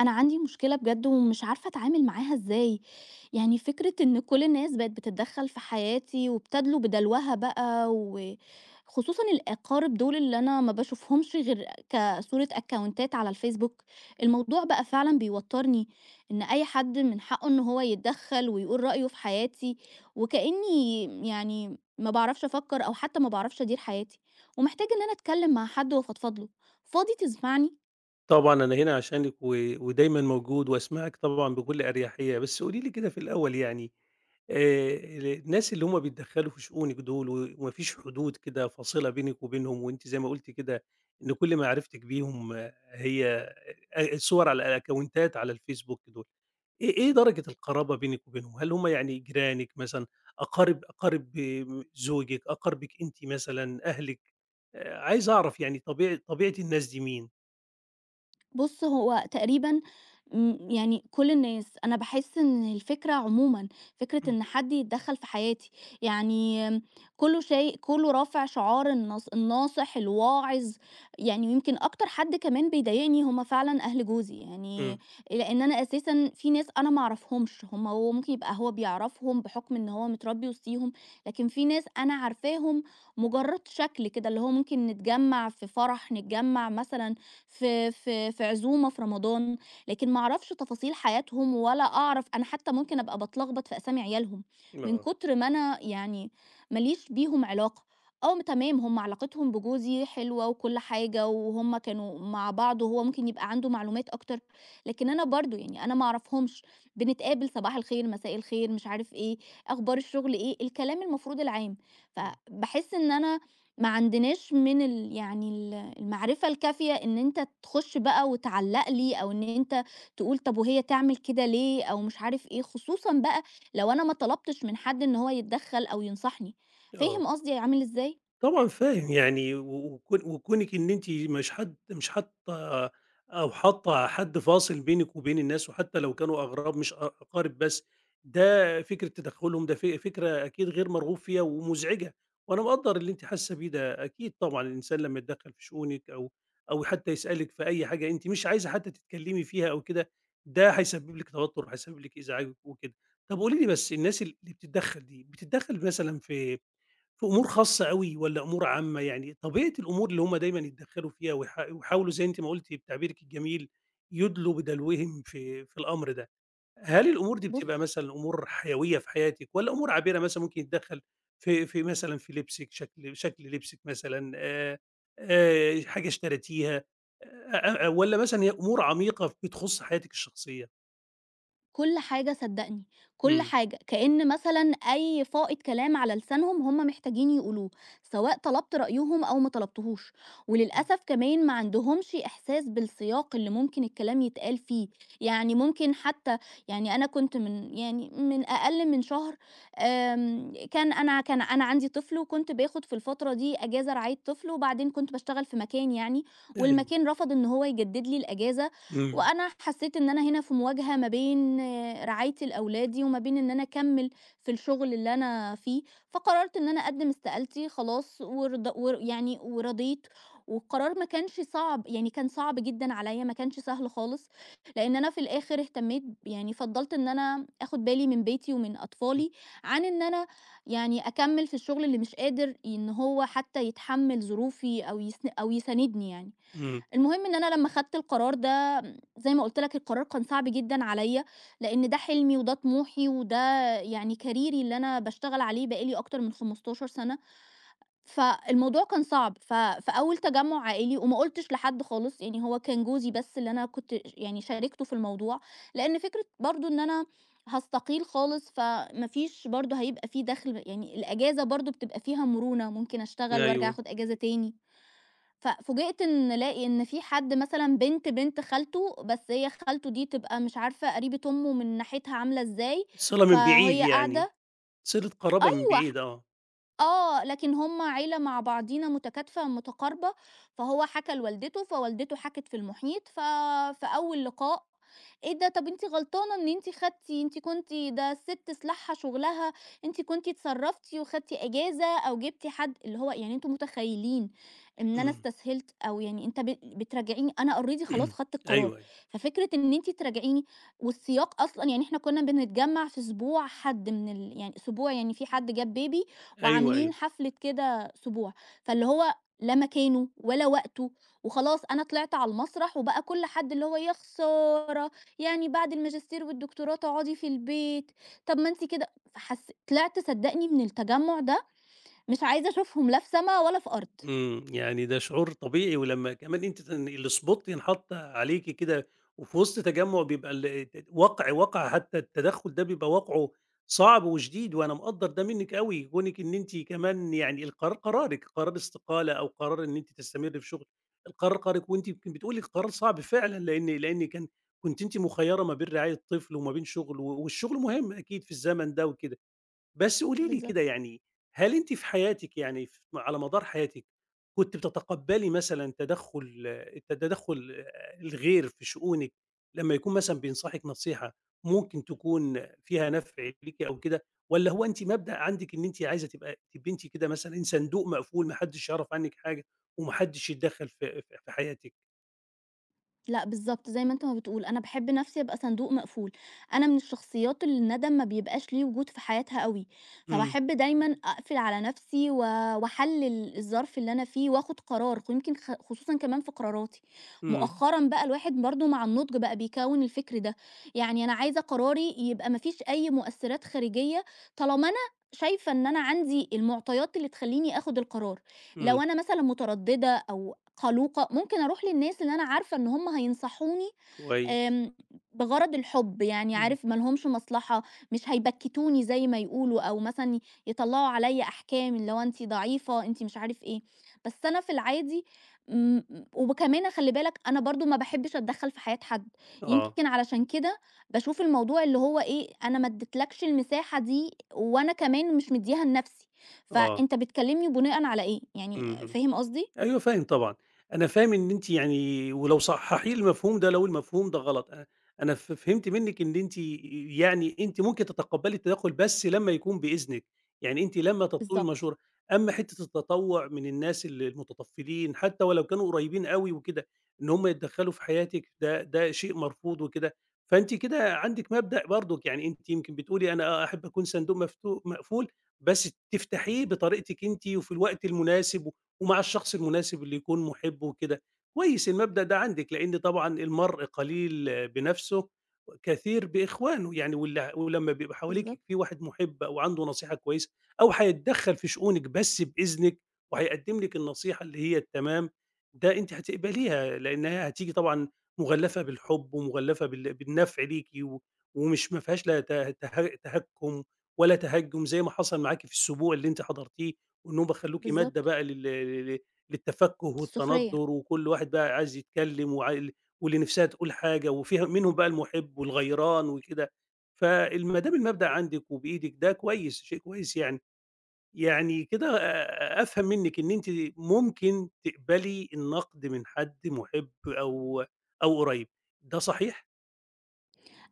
أنا عندي مشكلة بجد ومش عارفة أتعامل معاها إزاي، يعني فكرة إن كل الناس بقت بتتدخل في حياتي وبتدلو بدلوها بقى وخصوصًا الأقارب دول اللي أنا ما باشوفهمش غير كصورة أكونتات على الفيسبوك، الموضوع بقى فعلًا بيوترني إن أي حد من حقه إن هو يتدخل ويقول رأيه في حياتي، وكأني يعني ما باعرفش أفكر أو حتى ما باعرفش أدير حياتي، ومحتاجة إن أنا أتكلم مع حد وأفضفض له، فاضي تسمعني؟ طبعًا أنا هنا عشانِك و ودايمًا موجود وأسمعِك طبعًا بكل أريحية، بس قولي لي كده في الأول يعني آآ، الناس اللي هم بيتدخّلوا في شؤونِك دول و وما فيش حدود كده فاصلة بينِك وبينهم، وأنتِ زي ما قُلتِ كده إن كل معرفتِك بيهم هي صور على الأكونتات على الفيسبوك دول، إيه درجة القرابة بينِك وبينهم؟ هل هم يعني جيرانِك مثلًا، أقارب زوجِك، أقاربِك أنتِ مثلًا، أهلِك؟ عايز أعرف يعني طبيعة الناس دي مين؟ بُص، هو تقريبًا يعني كل الناس، أنا باحس إن الفكرة عمومًا، فكرة إمم. إن حد يتدخّل في حياتي، يعني كله شاي كله رافع شعار الناصح، الواعظ، يعني ويمكن أكتر حد كمان بيضايقني هم فعلًا أهل جوزي، يعني إمم. لإن أنا أساسًا في ناس أنا ما أعرفهمش، هم هو ممكن يبقى هو بيعرفهم بحكم إن هو متربي وسطيهم، لكن في ناس أنا عارفاهم مجرد شكل كده، اللي هو ممكن نتجمّع في فرح، نتجمّع مثلًا في عزومة في رمضان، لكن ما أعرفش تفاصيل حياتهم ولا أعرف أنا حتى ممكن أبقى باتلخبط في أسامي عيالهم، من آه، كتر ما أنا يعني ما ليش بيهم علاقة، آه تمام هم علاقتهم بجوزي حلوة وكل حاجة وهم كانوا مع بعض وهو ممكن يبقى عنده معلومات أكتر، لكن أنا برضه يعني أنا ما أعرفهمش، بنتقابل صباح الخير، مساء الخير، مش عارف إيه، أخبار الشغل إيه، الكلام المفروض العام، إمم، فباحس إن أنا ما عندناش من ال المعرفة الكافية إن أنت تخُش بقى وتعلّق لي أو إن أنت تقول طب وهي تعمل كده ليه أو مش عارف إيه، خصوصًا بقى لو أنا ما طلبتش من حد إن هو يتدخّل أو ينصحني. آه، فاهم قصدي عامل إزاي؟ طبعًا فاهم يعني و وكون وكونِك إن أنتِ مش حد مش حاطة أو حاطة حد فاصل بينِك وبين الناس، وحتى لو كانوا أغراب مش أقارب بس، ده فكرة تدخلهم ده فكرة أكيد غير مرغوب فيها ومزعجة، وأنا مقدّر اللي أنتِ حاسة بيه ده، أكيد طبعًا الإنسان لمّا يتدخل في شؤونِك أو حتى يسألِك في أي حاجة أنتِ مش عايزة حتى تتكلمي فيها أو كده، ده هيسبب لِك توتر، هيسبب لِك إزعاج وكده. طب قولي لي بس الناس اللي بتتدخل دي، بتتدخل مثلًا في أمور خاصة أوي والّا أمور عامة؟ يعني طبيعة الأمور اللي هُم دايمًا يتدخّلوا فيها ويحا ويحاولوا زي أنتِ ما قُلتِ بتعبيرِك الجميل، يُدلوا بدلوهم في الأمر ده. هل الأمور دي بتبقى بُص مثلًا أمور حيوية في حياتِك والّا أمور عابرة مثلًا ممكن يتدخّل في مثلًا في لبسِك، شكل لبسِك مثلًا حاجة اشتريتيها والّا مثلًا هي أمور عميقة بتخُص حياتِك الشخصية؟ كل حاجة صدّقني، كل إمم، حاجة، كإن مثلًا أي فائض كلام على لسانهم هم محتاجين يقولوه، سواء طلبت رأيهم أو ما طلبتهوش، إمم، وللأسف كمان ما عندهمش إحساس بالسياق اللي ممكن الكلام يتقال فيه، يعني ممكن حتى يعني أنا كنت من يعني من أقل من شهر كان أنا كان أنا عندي طفل وكنت باخد في الفترة دي إجازة رعاية طفل، وبعدين كنت باشتغل في مكان يعني، أيوه، والمكان رفض إن هو يجدد لي الإجازة إمم، وأنا حسيت إن أنا هنا في مواجهة ما بين آه، رعايتي لأولادي وما بين إن أنا أكمل في الشغل اللي أنا فيه فقررت إن أنا أقدم استقالتي خلاص يعني ورضيت والقرار ما كانش صعب يعني كان صعب جدا عليا ما كانش سهل خالص لأن أنا في الآخر اهتميت يعني فضلت إن أنا أخد بالي من بيتي ومن إمم، أطفالي عن إن أنا يعني أكمل في الشغل اللي مش قادر إن هو حتى يتحمل ظروفي أو أو يساندني يعني إمم، المهم إن أنا لمّا خدت القرار ده زي ما قُلت لك القرار كان صعب جدًا عليّا، لإن ده حلمي وده طموحي وده يعني كاريري اللي أنا باشتغل عليه بقى لي أكتر من 15 سَنة، فالموضوع كان صعب، في أول تجمُّع عائلي وما قُلتش لحد خالص، يعني هو كان جوزي بس اللي أنا كنت يعني شاركته في الموضوع، لإن فكرة برضه إن أنا هاستقيل خالص، فما فيش برضه هيبقى في دَخْل، يعني الأجازة برضه بتبقى فيها مرونة، ممكن أشتغل وأرجع أيوه، آخُد أجازة تاني. ففوجئت إن ألاقي إن في حد مثلًا بنت خالته، بس هي خالته دي تبقى مش عارفة قريبة أمه من ناحيتها عاملة إزاي، صِلة من بعيد فهي يعني. قاعدة صلة قرابة من أيوه، بعيد آه. آه، لكن هم عيلة مع بعضينا متكاتفة متقاربة، فهو حكى لوالدته، فوالدته حكت في المحيط، في أول لقاء إيه ده طب أنتِ غلطانة إن أنتِ خدتِ أنتِ كنتِ ده الست سلاحها شغلها، أنتِ كنتِ اتصرفتِ وخدتِ إجازة أو جبتِ حد اللي هو يعني أنتم متخيلين إن أنا إمم. استسهلت أو يعني أنت بتراجعيني أنا already خلاص أيوه، خدت القرار، أيوه. ففكرة إن أنتِ تراجعيني والسياق أصلًا يعني إحنا كنا بنتجمع في أسبوع حد من ال يعني أسبوع يعني في حد جاب baby أيوه، وعاملين أيوه. حفلة كده سبوع، فاللي هو لا مكانه ولا وقته، وخلاص أنا طلعت على المسرح وبقى كل حد اللي هو يا خسارة، يعني بعد الماجستير والدكتوراه تقعدي في البيت، طب ما أنتِ كده فحس طلعت صدّقني من التجمُّع ده مش عايزة أشوفهم لا في سما ولا في أرض. إمم. يعني ده شعور طبيعي ولمّا كمان أنتِ الspot ينحط عليكِ كده وفي وسط تجمُّع بيبقى ال ت واقع واقع حتّى التدخُّل ده بيبقى واقعه صعب وشديد وأنا مقدّر ده منِّك أوي، كونِك إن أنتِ كمان يعني القرار قرارِك، قرار استقالة أو قرار إن أنتِ تستمرّي في شُغل، القرار قرارِك وأنتِ يمكن بتقولي قرار صعب فعلًا لإن كان كنتِ أنتِ مخيّرة ما بين رعاية طفل وما بين شُغل و والشُغل مهم أكيد في الزمن ده وكده. بس قولي لي كده بالضبط. يعني هل أنتِ في حياتِك يعني على مدار حياتِك كنتِ بتتقبّلي مثلًا التدخُّل الغير في شؤونِك لمّا يكون مثلًا بينصحِك نصيحة ممكن تكون فيها نفع ليكِ أو كده، والّا هو أنتِ مبدأ عندِك إن أنتِ عايزة تبقي أنتِ كده مثلًا صندوق مقفول ما حدّش يعرف عنِّك حاجة وما حدّش يتدخّل في حياتِك؟ لأ بالضبط، زي ما أنت ما بتقول، أنا باحب نَفْسي أبقى صندوق مقفول، أنا من الشخصيات اللي الندم ما بيبقاش ليه وجود في حياتها أوي، إمم، فباحب دايمًا أقفل على نَفْسي و وأحلِّل الظرف اللي أنا فيه وآخُد قرار، ويمكن خصوصًا كمان في قراراتي، إمم، مؤخرًا بقى الواحد برضه مع النضج بقى بيكوِّن الفكر ده، يعني أنا عايزة قراري يبقى ما فيش أي مؤثِّرات خارجية طالما أنا شايفة إن أنا عندي المعطيات اللي تخلّيني آخُد القرار. إمم، لو أنا مثلًا مترددة أو قلوقة، ممكن أروح للناس اللي أنا عارفة إن هم هينصحوني كويس، آمم، بغرض الحب، يعني إمم، عارف ما لهمش مصلحة، مش هيبكّتوني زي ما يقولوا، أو مثلًا يطلّعوا عليَّ أحكام، اللي هو أنتِ ضعيفة، أنتِ مش عارف إيه. بس أنا في العادي م وكمان خلّي بالك أنا برضه ما باحبش أتدخّل في حياة حد، آه، يمكن علشان كده باشوف الموضوع اللي هو إيه، أنا ما اديتلكش المساحة دي، وأنا كمان مش مدّياها لنفسي، آه، فأنت بتكلمني بناءً على إيه؟ إمم، يعني إمم. فاهم قصدي؟ أيوه فاهم طبعًا، أنا فاهم إن أنتِ يعني ولو صحّحي لي المفهوم ده لو المفهوم ده غلط، أنا فهمت منِّك إن أنتِ ممكن تتقبّلي التدخُّل بس لمّا يكون بإذنِك، يعني أنتِ لمّا تطلبي بالضبط، المشورة، أمّا حتّة التطوّع من الناس المتطفّلين حتى ولو كانوا قريبين أوي وكده، إن هم يتدخّلوا في حياتِك ده شيء مرفوض وكده، فأنتِ كده عندِك مبدأ برضُك، يعني أنتِ يمكن بتقولي أنا أحب أكون صندوق مقفول، بس تفتحيه بطريقتِك أنتِ وفي الوقت المناسب ومع الشخص المناسب اللي يكون محبه وكده. كويس المبدأ ده عندِك، لإن طبعًا المرء قليل بنفسه كثير بإخوانه، يعني واللي ولمّا بيبقى حواليكِ بالضبط، في واحد محب أو عنده نصيحة كويسة أو هيتدخّل في شؤونِك بس بإذنِك وهيقدّم لِك النصيحة اللي هي التمام، ده أنتِ هتقبليها، لإنها هتيجي طبعًا مغلّفة بالحب ومغلّفة بالنفع ليكِ و ومش ما فيهاش لا ت ته تهكُّم ولا تهجُّم زي ما حصل معاكِ في السبوع اللي أنتِ حضرتيه، وإنهم بخلوكِ مادة بالضبط، بقى لل لل للتفكُّه السخرية. والتندُّر، وكل واحد بقى عايز يتكلّم وع ال واللي نِفْسها تقول حاجة، وفيها منهم بقى المُحِب والغيران وكده. ما دام المبدأ عندِك وبإيدِك ده كويس، شيء كويس يعني. يعني كده أفهم منِّك إن أنتِ ممكن تقبلي النقد من حد مُحِب أو قريب، ده صحيح؟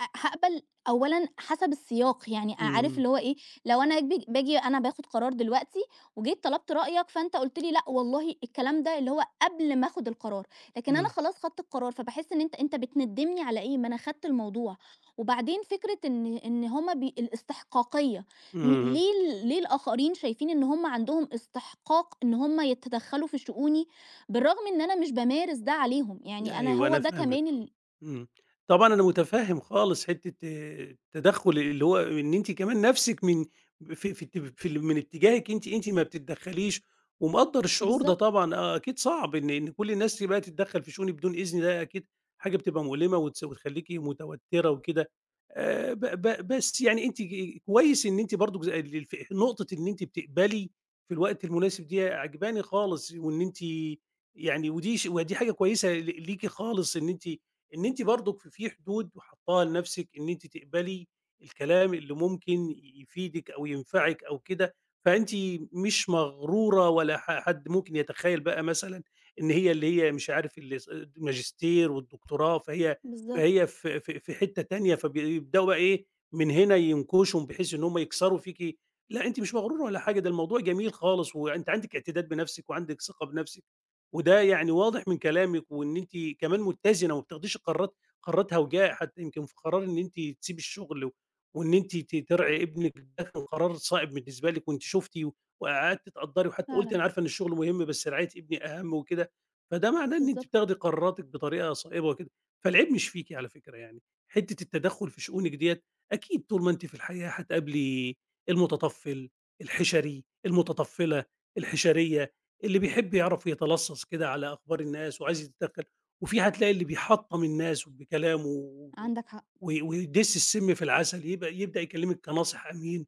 هاقبل أولًا حسب السياق، يعني عارف إمم، اللي هو إيه، لو أنا باجي أنا باخد قرار دلوقتي وجيت طلبت رأيك فأنت قُلت لي لأ والله الكلام ده اللي هو قبل ما آخد القرار، لكن أنا إمم، خلاص خدت القرار، فباحس إن أنت بتندّمني على إيه؟ ما أنا خدت الموضوع، وبعدين فكرة إن إن هُم بي الاستحقاقية إمم. ليه ليه الآخرين شايفين إن هُم عندهم استحقاق إن هُم يتدخّلوا في شؤوني، بالرغم إن أنا مش بامارس ده عليهم، يعني أنا أيوه هو أنا ده فاهمِك كمان آه، ال إمم. طبعًا أنا متفهم خالص حتة التدخُّل اللي هو إن أنتِ كمان نَفْسِك من في في ات في ال من اتجاهِك أنتِ، أنتِ ما بتتدخّليش ومقدّر الشعور ده بالضبط، طبعًا أكيد صعب إن كل الناس بقى تتدخّل في شؤونِك بدون إذن ده أكيد حاجة بتبقى مؤلمة وتس وتخلّيكِ متوتّرة وكده. ب ب بس يعني أنتِ كويس إن أنتِ برضه ز ال الف نقطة إن أنتِ بتقبلي في الوقت المناسب دي عاجباني خالص وإن أنتِ يعني ودي حاجة كويسة ليكِ خالص إن أنتِ برضُك في حدود حاطاها لنفسِك إن أنتِ تقبلي الكلام اللي ممكن يفيدِك أو ينفعِك أو كده، فأنتِ مش مغرورة ولا حد ممكن يتخيّل بقى مثلًا إن هي اللي هي مش عارف اللي الماجستير والدكتوراه فهي بالضبط. فهي في في حتّة تانية، فبيبدؤوا بقى إيه، من هنا ينكُشوا بحيث إن هم يكسروا فيكِ، لأ أنتِ مش مغرورة ولا حاجة، ده الموضوع جميل خالص وأنتِ عندِك اعتداد بنفسِك وعندِك ثقة بنفسِك. وده يعني واضح من كلامِك وإن أنتِ كمان متّزنة وما بتاخديش قرارات هوجاء، حتى يمكن في قرار إن أنتِ تسيبي الشغل و وإن أنتِ ترعي ابنِك ده كان قرار صائب بالنسبة لِك وأنتِ شُفتِ وقعدتِ تقدّري وحتى قُلتِ فعلًا، أنا عارفة إن الشغل مهم بس رعاية ابني أهَم وكده، فده معناه إن أنتِ بالضبط، بتاخدي قراراتِك بطريقة صائبة وكده، فالعيب مش فيكِ على فكرة يعني، حتّة التدخُّل في شؤونِك ديّة أكيد طول ما أنتِ في الحياة هتقابلي المُتطفِّل، الحِشَري، المُتطفِّلة، الحِشَرية. اللي بيحب يعرف يتلصص كده على أخبار الناس وعايز يتدخّل، وفي هتلاقي اللي بيحطّم الناس بكلامه و عندك حق. و- ويدِس السم في العسل، يبقى يبدأ يكلّمِك كناصح أمين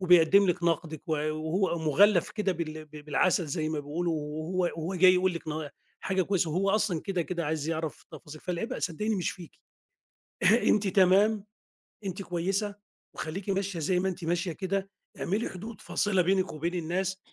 وبيقدّم لِك نقدِك و وهو مُغلّف كده بالعسل زي ما بيقولوا وهو جاي يقول لِك حاجة كويسة وهو أصلًا كده، عايز يعرف تفاصيل، فالعيب صدّقيني مش فيكِ، أنتِ تمام، أنتِ كويسة وخلّيكِ ماشية زي ما أنتِ ماشية كده، اعملي حدود فاصلة بينِك وبين الناس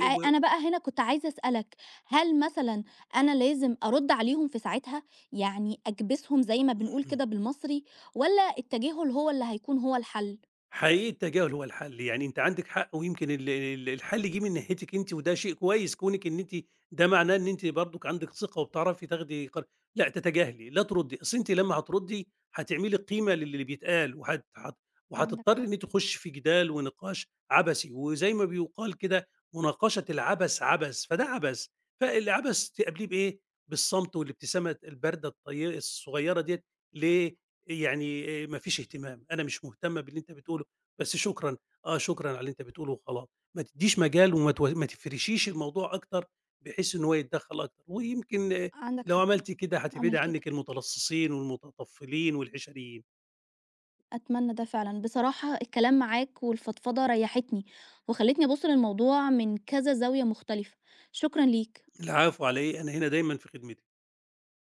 أنا بقى هنا كنت عايزة أسألك، هل مثلًا أنا لازم أرُدّ عليهم في ساعتها، يعني أكبسهم زي ما بنقول و كده بالمصري، والّا التجاهل هو اللي هيكون هو الحل؟ حقيقي التجاهل هو الحل يعني أنتِ عندِك حق، ويمكن ال ال الحل جه من ناحيتِك أنتِ وده شيء كويس كونِك إن أنتِ ده معناه إن أنتِ برضك عندِك ثقة وبتعرفي تاخدي لأ تتجاهلي، لا تردّي، أصل أنتِ لمّا هتردّي هتعملي قيمة للي بيتقال، وهت هت عندك وهتضطري حق، إن أنتِ تخشي في جدال ونقاش عبثي، وزي ما بيُقال كده مناقشة العبث عبث، فده عبث، فالعبث تقابليه بإيه؟ بالصمت والابتسامة الباردة الصغيرة ديّة ليه؟ يعني ما فيش اهتمام، أنا مش مهتمة باللي أنت بتقوله، بس شكرًا، آه شكرًا على اللي أنت بتقوله وخلاص، ما تدّيش مجال وما تو ما تفرشيش الموضوع أكتر بحيث إن هو يتدخّل أكتر، ويمكن عندك لو حق، عملتِ كده أعمل هتبعدي كده، عنِّك المتلصّصين والمتطفّلين والحشريين. أتمنى ده فعلًا. بصراحة الكلام معاك والفضفضة ريّحتني، وخلّتني أبُص للموضوع من كذا زاوية مختلفة، شكرًا ليك. العفو على إيه، أنا هنا دايمًا في خدمتِك.